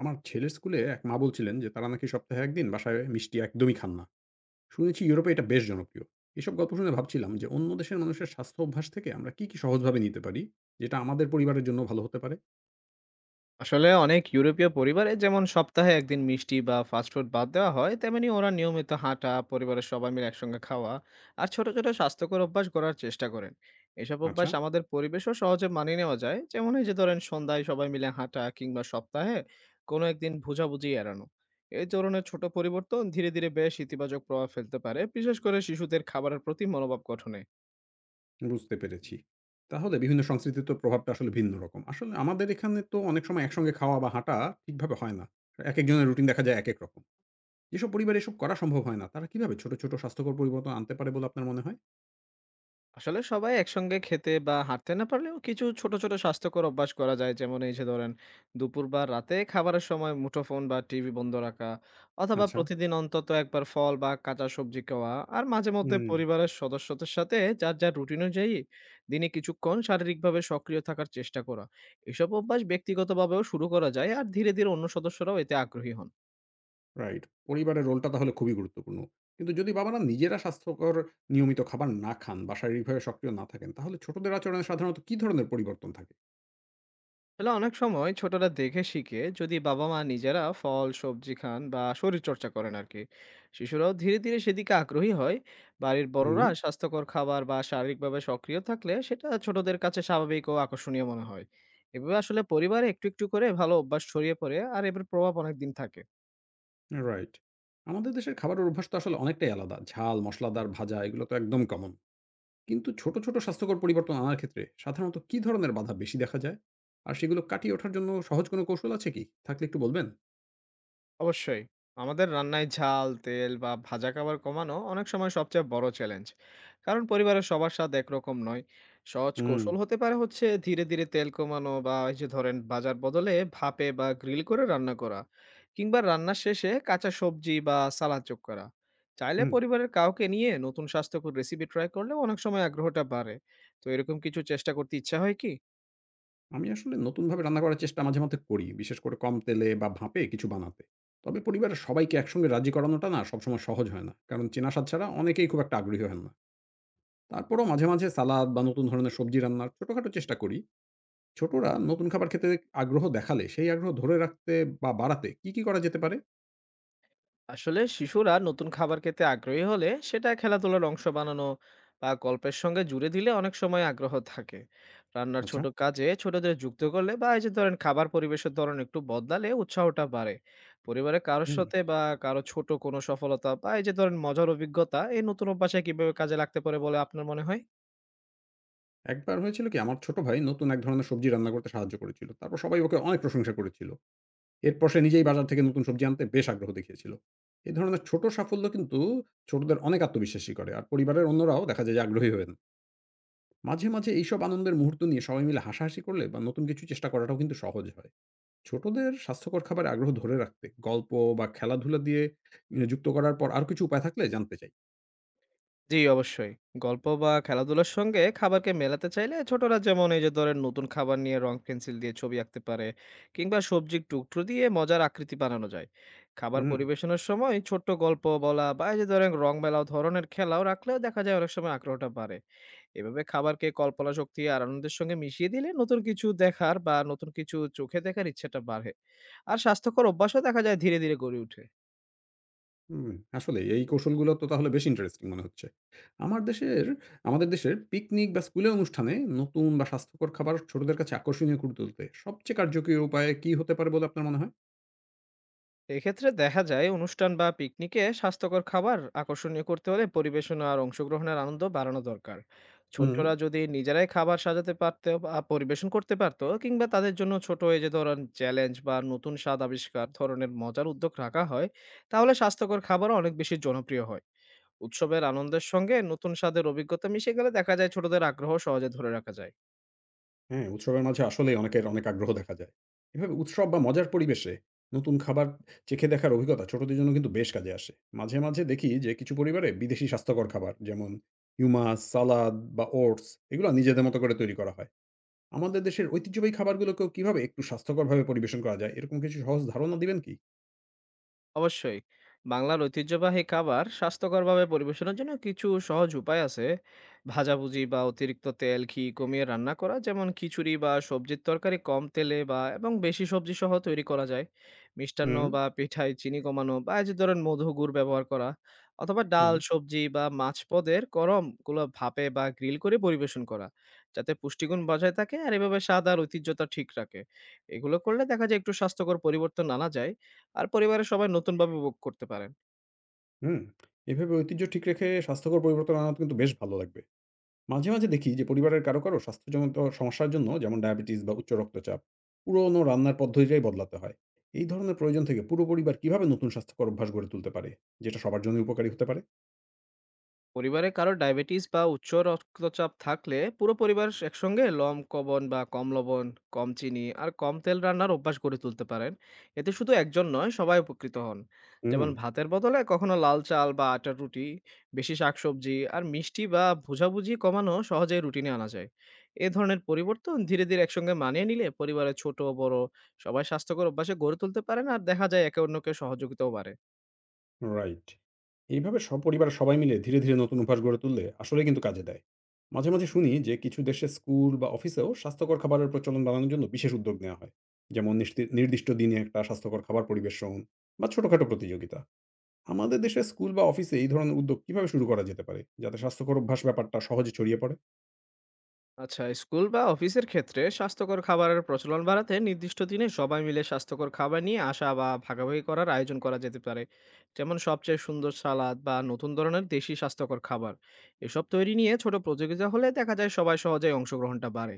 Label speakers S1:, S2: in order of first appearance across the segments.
S1: আমার ছেলের স্কুলে এক মা বলছিলেন যে তারা নাকি সপ্তাহে একদিন বাসায় মিষ্টি একদমই খান না। শুনেছি ইউরোপে এটা বেশ জনপ্রিয়। এসব গল্প শুনে ভাবছিলাম যে অন্য দেশের মানুষের স্বাস্থ্য অভ্যাস থেকে আমরা কি কি সহজভাবে নিতে পারি, যেটা আমাদের পরিবারের জন্য ভালো হতে পারে।
S2: আসলে অনেক ইউরোপীয় পরিবারে যেমন সপ্তাহে একদিন মিষ্টি বা ফাস্টফুড বাদ দেওয়া হয়, তেমনি ওরা নিয়মিত হাঁটা, পরিবারের সবাই মিলে একসঙ্গে খাওয়া আর ছোট ছোট স্বাস্থ্যকর অভ্যাস গড়ার চেষ্টা করেন। এসব
S1: আচ্ছা,
S2: অভ্যাস আমাদের পরিবেশও সহজে মানিয়ে নেওয়া যায়, যেমন এই যে ধরেন সন্ধ্যায় সবাই মিলে হাঁটা কিংবা সপ্তাহে কোনো একদিন বোঝাবুঝি এড়ানো। এই ধরনের ছোট পরিবর্তন ধীরে ধীরে বেশ ইতিবাচক প্রভাব ফেলতে পারে, বিশেষ করে শিশুদের খাবারের প্রতি মনোভাব গঠনে।
S1: বুঝতে পেরেছি। তাহলে বিভিন্ন সংস্কৃতির তো প্রভাবটা আসলে ভিন্ন রকম। আসলে আমাদের এখানে তো অনেক সময় একসঙ্গে খাওয়া বা হাঁটা ঠিকভাবে হয় না। এক একজনের রুটিন দেখা যায় এক এক রকম। যেসব পরিবারে এসব করা সম্ভব হয় না তারা কিভাবে ছোট ছোট স্বাস্থ্যকর পরিবর্তন আনতে পারে বলে আপনার মনে হয়?
S2: আসলে সবাই একসঙ্গে খেতে বা হাঁটতে না পারলেও কিছু ছোট ছোট স্বাস্থ্যকর অভ্যাস করা যায়, যেমন এই যে ধরেন দুপুর বা রাতে খাবারের সময় মুঠোফোন বা টিভি বন্ধ রাখা, অথবা
S1: আচ্ছা।
S2: প্রতিদিন অন্তত একবার ফল বা কাঁচা সবজি খাওয়া, আর মাঝে মধ্যে
S1: হুম।
S2: পরিবারের সদস্যদের সাথে যার যার রুটিন অনুযায়ী দিনে কিছুক্ষণ শারীরিকভাবে সক্রিয় থাকার চেষ্টা করা। এসব অভ্যাস ব্যক্তিগতভাবেও শুরু করা যায়, আর ধীরে ধীরে অন্য সদস্যরাও এতে আগ্রহী হন।
S1: রাইট। পরিবারের রোলটা তাহলে খুবই গুরুত্বপূর্ণ। কিন্তু যদি বাবারা নিজেরা স্বাস্থ্যকর নিয়মিত খাবার না খান বা শারীরিকভাবে সক্রিয় না থাকেন, তাহলে ছোটদের আচরণে সাধারণত কী ধরনের পরিবর্তন থাকে?
S2: আসলে অনেক সময় ছোটরা দেখে শিখে, যদি বাবা মা নিজেরা ফল সবজি খান বা শরীর চর্চা করেন আর কি, শিশুরাও ধীরে ধীরে সেদিকে আগ্রহী হয়। বাড়ির
S1: হুম।
S2: বড়রা স্বাস্থ্যকর খাবার বা শারীরিকভাবে সক্রিয় থাকলে সেটা ছোটদের কাছে স্বাভাবিক ও আকর্ষণীয় মনে হয়। এভাবে আসলে পরিবারে একটু একটু করে ভালো অভ্যাস ছড়িয়ে পড়ে, আর এর প্রভাব অনেক দিন থাকে।
S1: রাইট। আমাদের দেশের খাবারের অভ্যাস তো আসলে অনেকটাই আলাদা। ঝাল, মসলাদার, ভাজা এগুলো তো একদম কমন। কিন্তু ছোট, ছোট স্বাস্থ্যকর পরিবর্তন আনার ক্ষেত্রে সাধারণত কী ধরনের বাধা বেশি দেখা যায়? আর সেগুলো কাটিয়ে ওঠার জন্য সহজ কোনো কৌশল আছে কি? থাকলে একটু বলবেন?
S2: অবশ্যই। আমাদের রান্নায় ঝাল, তেল বা ভাজা খাবার কমানো অনেক সময় সবচেয়ে বড় চ্যালেঞ্জ। কারণ পরিবারের সবার স্বাদ একরকম নয়। সহজ
S1: হুম,
S2: কৌশল হতে পারে হচ্ছে ধীরে, ধীরে তেল কমানো, বা এই যে ধরেন ভাজার বদলে ভাপে বা গ্রিল করে রান্না করা। কিংবা রান্নার শেষে কাঁচা সবজি বা সালাদ যোগ করা। চাইলে
S1: হুম।
S2: পরিবারের কাউকে নিয়ে নতুন স্বাস্থ্যকর রেসিপি ট্রাই করলেও অনেক সময় আগ্রহটা বাড়ে। তো এরকম কিছু চেষ্টা করতে ইচ্ছা হয় কি?
S1: আমি আসলে নতুনভাবে রান্না করার চেষ্টা মাঝে মধ্যে করি। বিশেষ করে কম তেলে বা ভাপে কিছু বানাতে। তবে পরিবারের সবাইকে একসঙ্গে রাজি করানোটা না সবসময় সহজ হয় না। কারণ চেনা স্বাদ ছাড়া অনেকেই খুব একটা আগ্রহী হন না। তারপরেও মাঝে, মাঝে সালাদ বা নতুন ধরনের সবজি রান্নার ছোটখাটো চেষ্টা করি। ছোটরা নতুন খাবার খেতে আগ্রহ দেখালে সেই আগ্রহ ধরে রাখতে বা বাড়াতে কি, কি করা যেতে পারে?
S2: আসলে শিশুরা নতুন খাবার খেতে আগ্রহী হলে সেটা খেলাধুলার অংশ বানানো বা গল্পের সঙ্গে জুড়ে দিলে অনেক সময় আগ্রহ থাকে। রান্নার
S1: আচ্ছা।
S2: ছোট কাজে ছোটদের যুক্ত করলে বা এই যে ধরেন খাবার পরিবেশের ধরন একটু বদলালে উৎসাহটা বাড়ে। পরিবারে কারোর
S1: হুম।
S2: সাথে বা কারো ছোট কোনো সফলতা বা এই যে ধরেন মজার অভিজ্ঞতা এই নতুন অভ্যাসে কিভাবে কাজে লাগতে পারে বলে আপনার মনে হয়?
S1: একবার হয়েছিল কি আমার ছোট ভাই নতুন এক ধরনের সবজি রান্না করতে সাহায্য করেছিল। তারপর সবাই ওকে অনেক প্রশংসা করেছিল। এরপর সে নিজেই বাজার থেকে নতুন সবজি আনতে বেশ আগ্রহ দেখিয়েছিল। এ ধরনের ছোট সাফল্য কিন্তু ছোটদের অনেক আত্মবিশ্বাসী করে। আর পরিবারের অন্যরাও দেখা যায় যে আগ্রহী হন। মাঝে, মাঝে এইসব আনন্দের মুহূর্ত নিয়ে সবাই মিলে হাসাহাসি করলে বা নতুন কিছু চেষ্টা করাটাও কিন্তু সহজ হয়। ছোটদের স্বাস্থ্যকর খাবারে আগ্রহ ধরে রাখতে গল্প বা খেলাধুলা দিয়ে যুক্ত করার পর আরো কিছু উপায় থাকলে জানতে চাই।
S2: জি, অবশ্যই। গল্প বা খেলাধুলার সঙ্গে খাবারকে মেলাতে চাইলে ছোটরা যেমন এই যে ধরেন নতুন খাবার নিয়ে রং পেন্সিল দিয়ে ছবি আঁকতে পারে, কিংবা সবজির টুকরো দিয়ে মজার আকৃতি বানানো যায়। খাবার
S1: হুম।
S2: পরিবেশনের সময় ছোট্ট গল্প বলা বা এই যে ধরেন রং মেলাও ধরনের খেলাও রাখলেও দেখা যায় অনেক সময় আগ্রহটা বাড়ে। এভাবে খাবারকে কল্পনা শক্তি আর আনন্দের সঙ্গে মিশিয়ে দিলে নতুন কিছু দেখার বা নতুন কিছু চোখে দেখার ইচ্ছাটা বাড়ে। আর স্বাস্থ্যকর অভ্যাসও দেখা যায় ধীরে, ধীরে গড়ে ওঠে।
S1: হুম, আসলেই এই কৌশলগুলো তো তাহলে বেশ ইন্টারেস্টিং মনে হচ্ছে। আমার দেশের আমাদের দেশের পিকনিক বা স্কুলের অনুষ্ঠানে নতুন বা স্বাস্থ্যকর খাবার ছোটদের কাছে আকর্ষণীয় করে তুলতে সবচেয়ে কার্যকরী উপায় কি হতে পারে বলে আপনার মনে হয়?
S2: এক্ষেত্রে দেখা যায় অনুষ্ঠান বা পিকনিকে স্বাস্থ্যকর খাবার আকর্ষণীয় করতে হলে পরিবেশনা আর অংশগ্রহণের আনন্দ বাড়ানো দরকার।
S1: হুম।
S2: ছোটরা যদি নিজেরাই খাবার সাজাতে পারতো বা পরিবেশন করতে পারতো, কিংবা তাদের জন্য ছোট এই যে ধরেন চ্যালেঞ্জ বা নতুন স্বাদ আবিষ্কার ধরনের মজার উদ্যোগ রাখা হয়, তাহলে স্বাস্থ্যকর খাবারও অনেক বেশি জনপ্রিয় হয়। উৎসবের আনন্দের সঙ্গে নতুন স্বাদের অভিজ্ঞতা মিশে গেলে দেখা যায় ছোটদের আগ্রহ সহজে ধরে রাখা যায়।
S1: হ্যাঁ, উৎসবের মাঝে আসলেই অনেকের অনেক আগ্রহ দেখা যায়। এভাবে উৎসব বা মজার পরিবেশে নতুন খাবার চেখে দেখার অভিজ্ঞতা ছোটদের জন্য কিন্তু বেশ কাজে আসে। মাঝে, মাঝে দেখি যে কিছু পরিবারে বিদেশি স্বাস্থ্যকর খাবার যেমন হিউমাস, সালাদ বা ওটস এগুলো নিজেদের মতো করে তৈরি করা হয়। আমাদের দেশের ঐতিহ্যবাহী খাবারগুলোকেও কিভাবে একটু স্বাস্থ্যকরভাবে পরিবেশন করা যায়, এরকম কিছু সহজ ধারণা দিবেন কি?
S2: অবশ্যই। বাংলার ঐতিহ্যবাহী খাবার স্বাস্থ্যকরভাবে পরিবেশনের জন্য কিছু সহজ উপায় আছে। ভাজাভুজি বা অতিরিক্ত তেল, ঘি কমিয়ে রান্না করা, যেমন খিচুড়ি বা সবজির তরকারি কম তেলে বা এবং বেশি সবজি সহ তৈরি করা যায়। মিষ্টান্ন
S1: হুম,
S2: বা পিঠায় চিনি কমানো বা এই যে ধরেন মধু, গুড় ব্যবহার করা, অথবা ডাল,
S1: হুম,
S2: সবজি বা মাছ পদের গরম গুলো ভাপে বা গ্রিল করে পরিবেশন করা, যাতে পুষ্টিগুণ বজায় থাকে আর এভাবে স্বাদ আর ঐতিহ্যতা ঠিক রাখে। এগুলো করলে দেখা যায় একটু স্বাস্থ্যকর পরিবর্তন আনা যায়। আর পরিবারের সবাই নতুনভাবে ভোগ করতে পারেন।
S1: হুম। এভাবে ঐতিহ্য ঠিক রেখে স্বাস্থ্যকর পরিবর্তন আনা কিন্তু বেশ ভালো লাগবে। মাঝে, মাঝে দেখি যে পরিবারের কারো, কারো স্বাস্থ্যজনিত সমস্যার জন্য যেমন ডায়াবেটিস বা উচ্চ রক্তচাপ, পুরনো রান্নার পদ্ধতিটাই বদলাতে হয়। এই ধরনের প্রয়োজন থেকে পুরো পরিবার কিভাবে নতুন স্বাস্থ্যকর অভ্যাস গড়ে তুলতে পারে, যেটা সবার জন্যই উপকারী হতে পারে?
S2: পরিবারে কারো ডায়াবেটিস বা উচ্চ রক্তচাপ থাকলে পুরো পরিবার একসঙ্গে লম কবন বা কম লবণ, কম চিনি আর কম তেল রান্নার অভ্যাস গড়ে তুলতে পারেন। এতে শুধু একজন নয়, সবাই উপকৃত হন।
S1: হুম।
S2: যেমন ভাতের বদলে কখনো লাল চাল বা আটার রুটি, বেশি শাকসবজি আর মিষ্টি বা ভুজাভুজি কমানো সহজেই রুটিনে আনা যায়। এ ধরনের পরিবর্তন ধীরে ধীরে একসঙ্গে মানিয়ে নিলে পরিবারের ছোট বড় সবাই স্বাস্থ্যকর অভ্যাসে গড়ে তুলতে পারেন, আর দেখা যায় একে অন্যকে সহযোগিতাও বাড়ে।
S1: রাইট। এইভাবে সপরিবার সবাই মিলে ধীরে, ধীরে নতুন অভ্যাস গড়ে তুললে আসলেই কিন্তু কাজে দেয়। মাঝে, মাঝে শুনি যে কিছু দেশে স্কুল বা অফিসেও স্বাস্থ্যকর খাবারের প্রচলন বাড়ানোর জন্য বিশেষ উদ্যোগ নেওয়া হয়। যেমন নির্দিষ্ট দিনে একটা স্বাস্থ্যকর খাবার পরিবেশন বা ছোটখাটো প্রতিযোগিতা। আমাদের দেশের স্কুল বা অফিসে এই ধরনের উদ্যোগ কিভাবে শুরু করা যেতে পারে? যাতে স্বাস্থ্যকর অভ্যাস ব্যাপারটা সহজে ছড়িয়ে পড়ে?
S2: আচ্ছা, স্কুল বা অফিসের ক্ষেত্রে স্বাস্থ্যকর খাবারের প্রচলন বাড়াতে নির্দিষ্ট দিনে সবাই মিলে স্বাস্থ্যকর খাবার নিয়ে আসা বা ভাগাভাগি করার আয়োজন করা যেতে পারে, যেমন সবচেয়ে সুন্দর সালাদ বা নতুন ধরনের দেশি স্বাস্থ্যকর খাবার। এসব তৈরি নিয়ে ছোট প্রতিযোগিতা হলে দেখা যায় সবাই সহজেই অংশগ্রহণটা বাড়ে।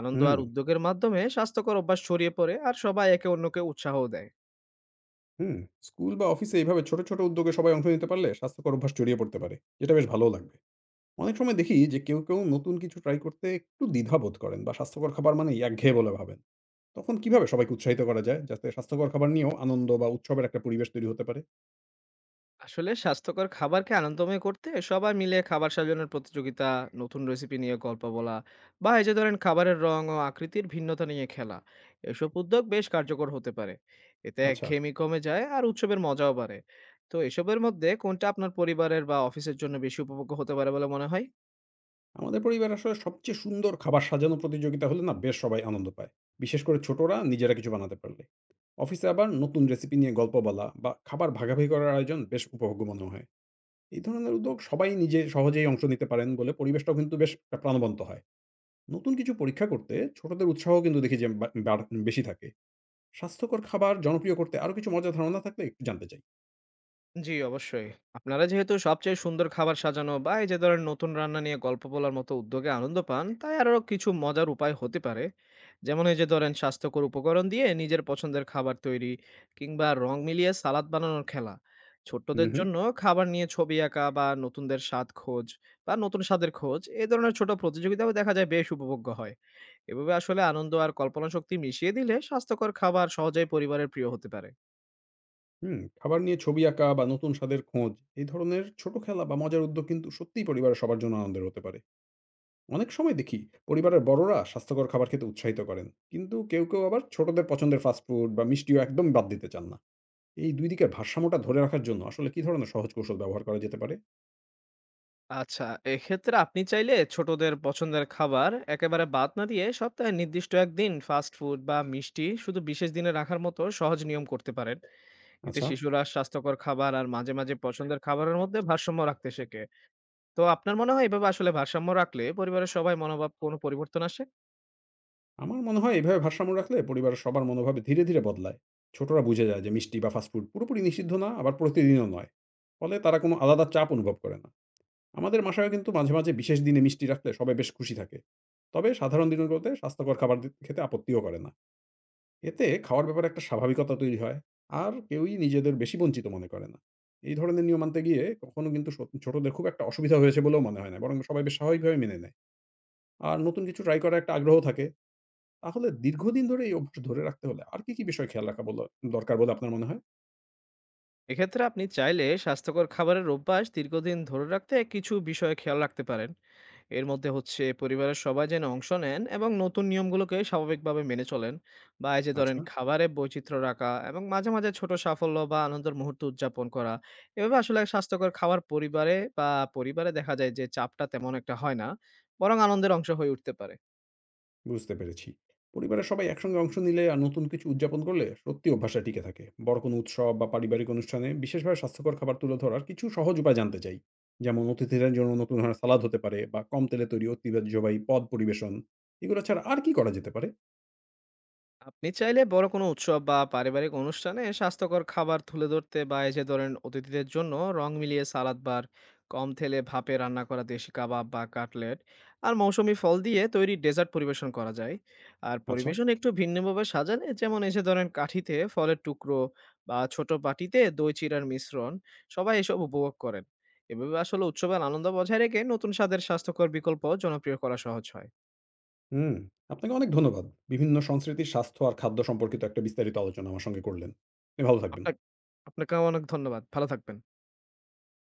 S2: আনন্দ
S1: হুম,
S2: আর উদ্যোগের মাধ্যমে স্বাস্থ্যকর অভ্যাস ছড়িয়ে পড়ে, আর সবাই একে অন্যকে উৎসাহ দেয়।
S1: হুম। স্কুল বা অফিসে এভাবে ছোট, ছোট উদ্যোগে সবাই অংশ নিতে পারলে স্বাস্থ্যকর অভ্যাস ছড়িয়ে পড়তে পারে। যেটা বেশ ভালোও লাগবে। অনেক সময় দেখি যে কেউ, কেউ নতুন কিছু ট্রাই করতে একটু দ্বিধাবোধ করেন বা স্বাস্থ্যকর খাবার মানেই একঘেয়ে বলে ভাবেন। তখন কিভাবে সবাইকে উৎসাহিত করা যায় যাতে স্বাস্থ্যকর খাবার নিয়েও আনন্দ বা উৎসবের একটা পরিবেশ তৈরি হতে পারে?
S2: আসলে স্বাস্থ্যকর খাবারকে আনন্দময় করতে সবাই মিলে খাবার সাজানোর প্রতিযোগিতা, নতুন রেসিপি নিয়ে গল্প বলা, বা এই যে ধরেন খাবারের রং ও আকৃতির ভিন্নতা নিয়ে খেলা, এসব উদ্যোগ বেশ কার্যকর হতে পারে। এতে
S1: আচ্ছা,
S2: একঘেয়েমি কমে যায়, আর উৎসবের মজাও বাড়ে। তো এসবের মধ্যে কোনটা আপনার পরিবারের বা অফিসের জন্য বেশি উপভোগ্য হতে পারে বলে মনে হয়?
S1: আমাদের পরিবারে আসলে সবচেয়ে সুন্দর খাবার সাজানো প্রতিযোগিতা হলে না বেশ সবাই আনন্দ পায়। বিশেষ করে ছোটরা নিজেরা কিছু বানাতে পারলে। অফিসে আবার নতুন রেসিপি নিয়ে গল্প বলা বা খাবার ভাগাভাগি করার আয়োজন বেশ উপভোগ্য মনে হয়। এই ধরনের উদ্যোগ সবাই নিজে সহজেই অংশ নিতে পারেন বলে পরিবেশটাও কিন্তু বেশ একটা প্রাণবন্ত হয়। নতুন কিছু পরীক্ষা করতে ছোটদের উৎসাহ কিন্তু দেখি যে বেশি থাকে। স্বাস্থ্যকর খাবার জনপ্রিয় করতে আরো কিছু মজার ধারণা থাকলে একটু জানতে চাই।
S2: জি, অবশ্যই। আপনারা যেহেতু সবচেয়ে সুন্দর খাবার সাজানো বা এই যে ধরেন নতুন রান্না নিয়ে গল্প বলার মতো উদ্যোগে আনন্দ পান, তাই আরও কিছু মজার উপায় হতে পারে। যেমন এই যে ধরেন স্বাস্থ্যকর উপকরণ দিয়ে নিজের পছন্দের খাবার তৈরি, কিংবা রং মিলিয়ে সালাদ বানানোর খেলা।
S1: হুম,
S2: ছোট্টদের
S1: হুম,
S2: জন্য খাবার নিয়ে ছবি আঁকা বা নতুনদের স্বাদ খোঁজ বা নতুন স্বাদের খোঁজ, এ ধরনের ছোট প্রতিযোগিতাও দেখা যায় বেশ উপভোগ্য হয়। এভাবে আসলে আনন্দ আর কল্পনা শক্তি মিশিয়ে দিলে স্বাস্থ্যকর খাবার সহজেই পরিবারের প্রিয় হতে পারে।
S1: হুম। খাবার নিয়ে ছবি আঁকা বা নতুন স্বাদের খোঁজ, এই ধরনের ছোট খেলা বা মজার উদ্যোগ কিন্তু সত্যিই পরিবারের সবার জন্য আনন্দের হতে পারে। অনেক সময় দেখি পরিবারের বড়রা স্বাস্থ্যকর খাবার খেতে উৎসাহিত করেন, কিন্তু কেউ কেউ আবার ছোটদের পছন্দের ফাস্টফুড বা মিষ্টিও একদম বাদ দিতে চান না। এই দুই দিকের ভারসাম্যটা ধরে রাখার জন্য আসলে কি ধরনের সহজ কৌশল ব্যবহার করা যেতে পারে?
S2: আচ্ছা, এক্ষেত্রে আপনি চাইলে ছোটদের পছন্দের খাবার একেবারে বাদ না দিয়ে সপ্তাহে নির্দিষ্ট একদিন ফাস্ট ফুড বা মিষ্টি শুধু বিশেষ দিনে রাখার মতো সহজ নিয়ম করতে পারেন। এতে
S1: আচ্ছা।
S2: শিশুরা স্বাস্থ্যকর খাবার আর মাঝে, মাঝে পছন্দের খাবারের মধ্যে ভারসাম্য রাখতে শেখে। তো আপনার মনে হয় এভাবে আসলে ভারসাম্য রাখলে পরিবারের সবাই মনোভাব কোনো পরিবর্তন আসে?
S1: আমার মনে হয় এভাবে ভারসাম্য রাখলে পরিবারের সবার মনোভাবে ধীরে ধীরে বদলায়। ছোটরা বুঝে যায় যে মিষ্টি বা ফাস্টফুড পুরোপুরি নিষিদ্ধ না, আবার প্রতিদিনও নয়। ফলে তারা কোনো আলাদা চাপ অনুভব করে না। আমাদের বাসায় কিন্তু মাঝে মাঝে বিশেষ দিনে মিষ্টি রাখলে সবাই বেশ খুশি থাকে। তবে সাধারণ দিনগুলোতে স্বাস্থ্যকর খাবার খেতে আপত্তিও করে না। এতে খাওয়ার ব্যাপারে একটা স্বাভাবিকতা তৈরি হয়। আর কেউই নিজেদের বেশি বঞ্চিত মনে করে না। এই ধরনের নিয়ম মানতে গিয়ে কখনো কিন্তু ছোটদের খুব একটা অসুবিধা হয়েছে বলেও মনে হয় না, বরং সবাই বেশ স্বাভাবিকভাবে মেনে নেয়। আর নতুন কিছু ট্রাই করার একটা আগ্রহ থাকে। তাহলে দীর্ঘদিন ধরে এই অভ্যাস ধরে রাখতে হলে আর কি, কি বিষয় খেয়াল রাখা দরকার বলে আপনার মনে হয়?
S2: এক্ষেত্রে আপনি চাইলে স্বাস্থ্যকর খাবারের অভ্যাস দীর্ঘদিন ধরে রাখতে কিছু বিষয়ে খেয়াল রাখতে পারেন। এর মধ্যে হচ্ছে পরিবারের সবাই যেন অংশ নেন এবং নতুন নিয়মগুলোকে স্বাভাবিকভাবে মেনে চলেন, বা এই যে ধরেন
S1: আচ্ছা,
S2: খাবারে বৈচিত্র্য রাখা এবং মাঝে মাঝে ছোট সাফল্য বা আনন্দের মুহূর্ত উদযাপন করা। এভাবে আসলে স্বাস্থ্যকর খাবার পরিবারে বা পরিবারে দেখা যায় যে চাপটা তেমন একটা হয় না, বরং আনন্দের অংশ হয়ে উঠতে পারে।
S1: বুঝতে পেরেছি। পরিবারের সবাই একসঙ্গে অংশ নিলে আর নতুন কিছু উদযাপন করলে সত্যি অভ্যাসটা টিকে থাকে। বড় কোনো উৎসব বা পারিবারিক অনুষ্ঠানে বিশেষভাবে স্বাস্থ্যকর খাবার তুলে ধরার কিছু সহজ উপায় জানতে চাই। যেমন অতিথিদের জন্য নতুন ধরনের সালাদ হতে পারে বা কম তেলে তৈরি ঐতিহ্যবাহী পদ পরিবেশন। এগুলো ছাড়া আর কি করা যেতে পারে?
S2: আপনি চাইলে বড় কোনো উৎসব বা পারিবারিক অনুষ্ঠানে স্বাস্থ্যকর খাবার তুলে ধরতে বা এই যে ধরেন অতিথিদের জন্য রং মিলিয়ে সালাদ বার, কম তেলে ভাপে রান্না করা দেশি কাবাব বা কাটলেট, আর মৌসুমী ফল দিয়ে তৈরি ডেজার্ট পরিবেশন করা যায়। আর
S1: আচ্ছা,
S2: পরিবেশন একটু ভিন্নভাবে সাজালে, যেমন এসে ধরেন কাঠিতে ফলের টুকরো বা ছোট বাটিতে দই চিড়ার মিশ্রণ, সবাই এসব উপভোগ করেন। এভাবে আসলে উৎসবের আনন্দ বজায় রেখে নতুন স্বাদের স্বাস্থ্যকর বিকল্প জনপ্রিয় করা সহজ হয়।
S1: হুম। আপনাকে অনেক ধন্যবাদ। বিভিন্ন সংস্কৃতির স্বাস্থ্য আর খাদ্য সম্পর্কিত একটা বিস্তারিত আলোচনা আমার সঙ্গে করলেন। আপনি ভালো থাকবেন।
S2: আপনাকে আপনাকে অনেক ধন্যবাদ। ভালো থাকবেন।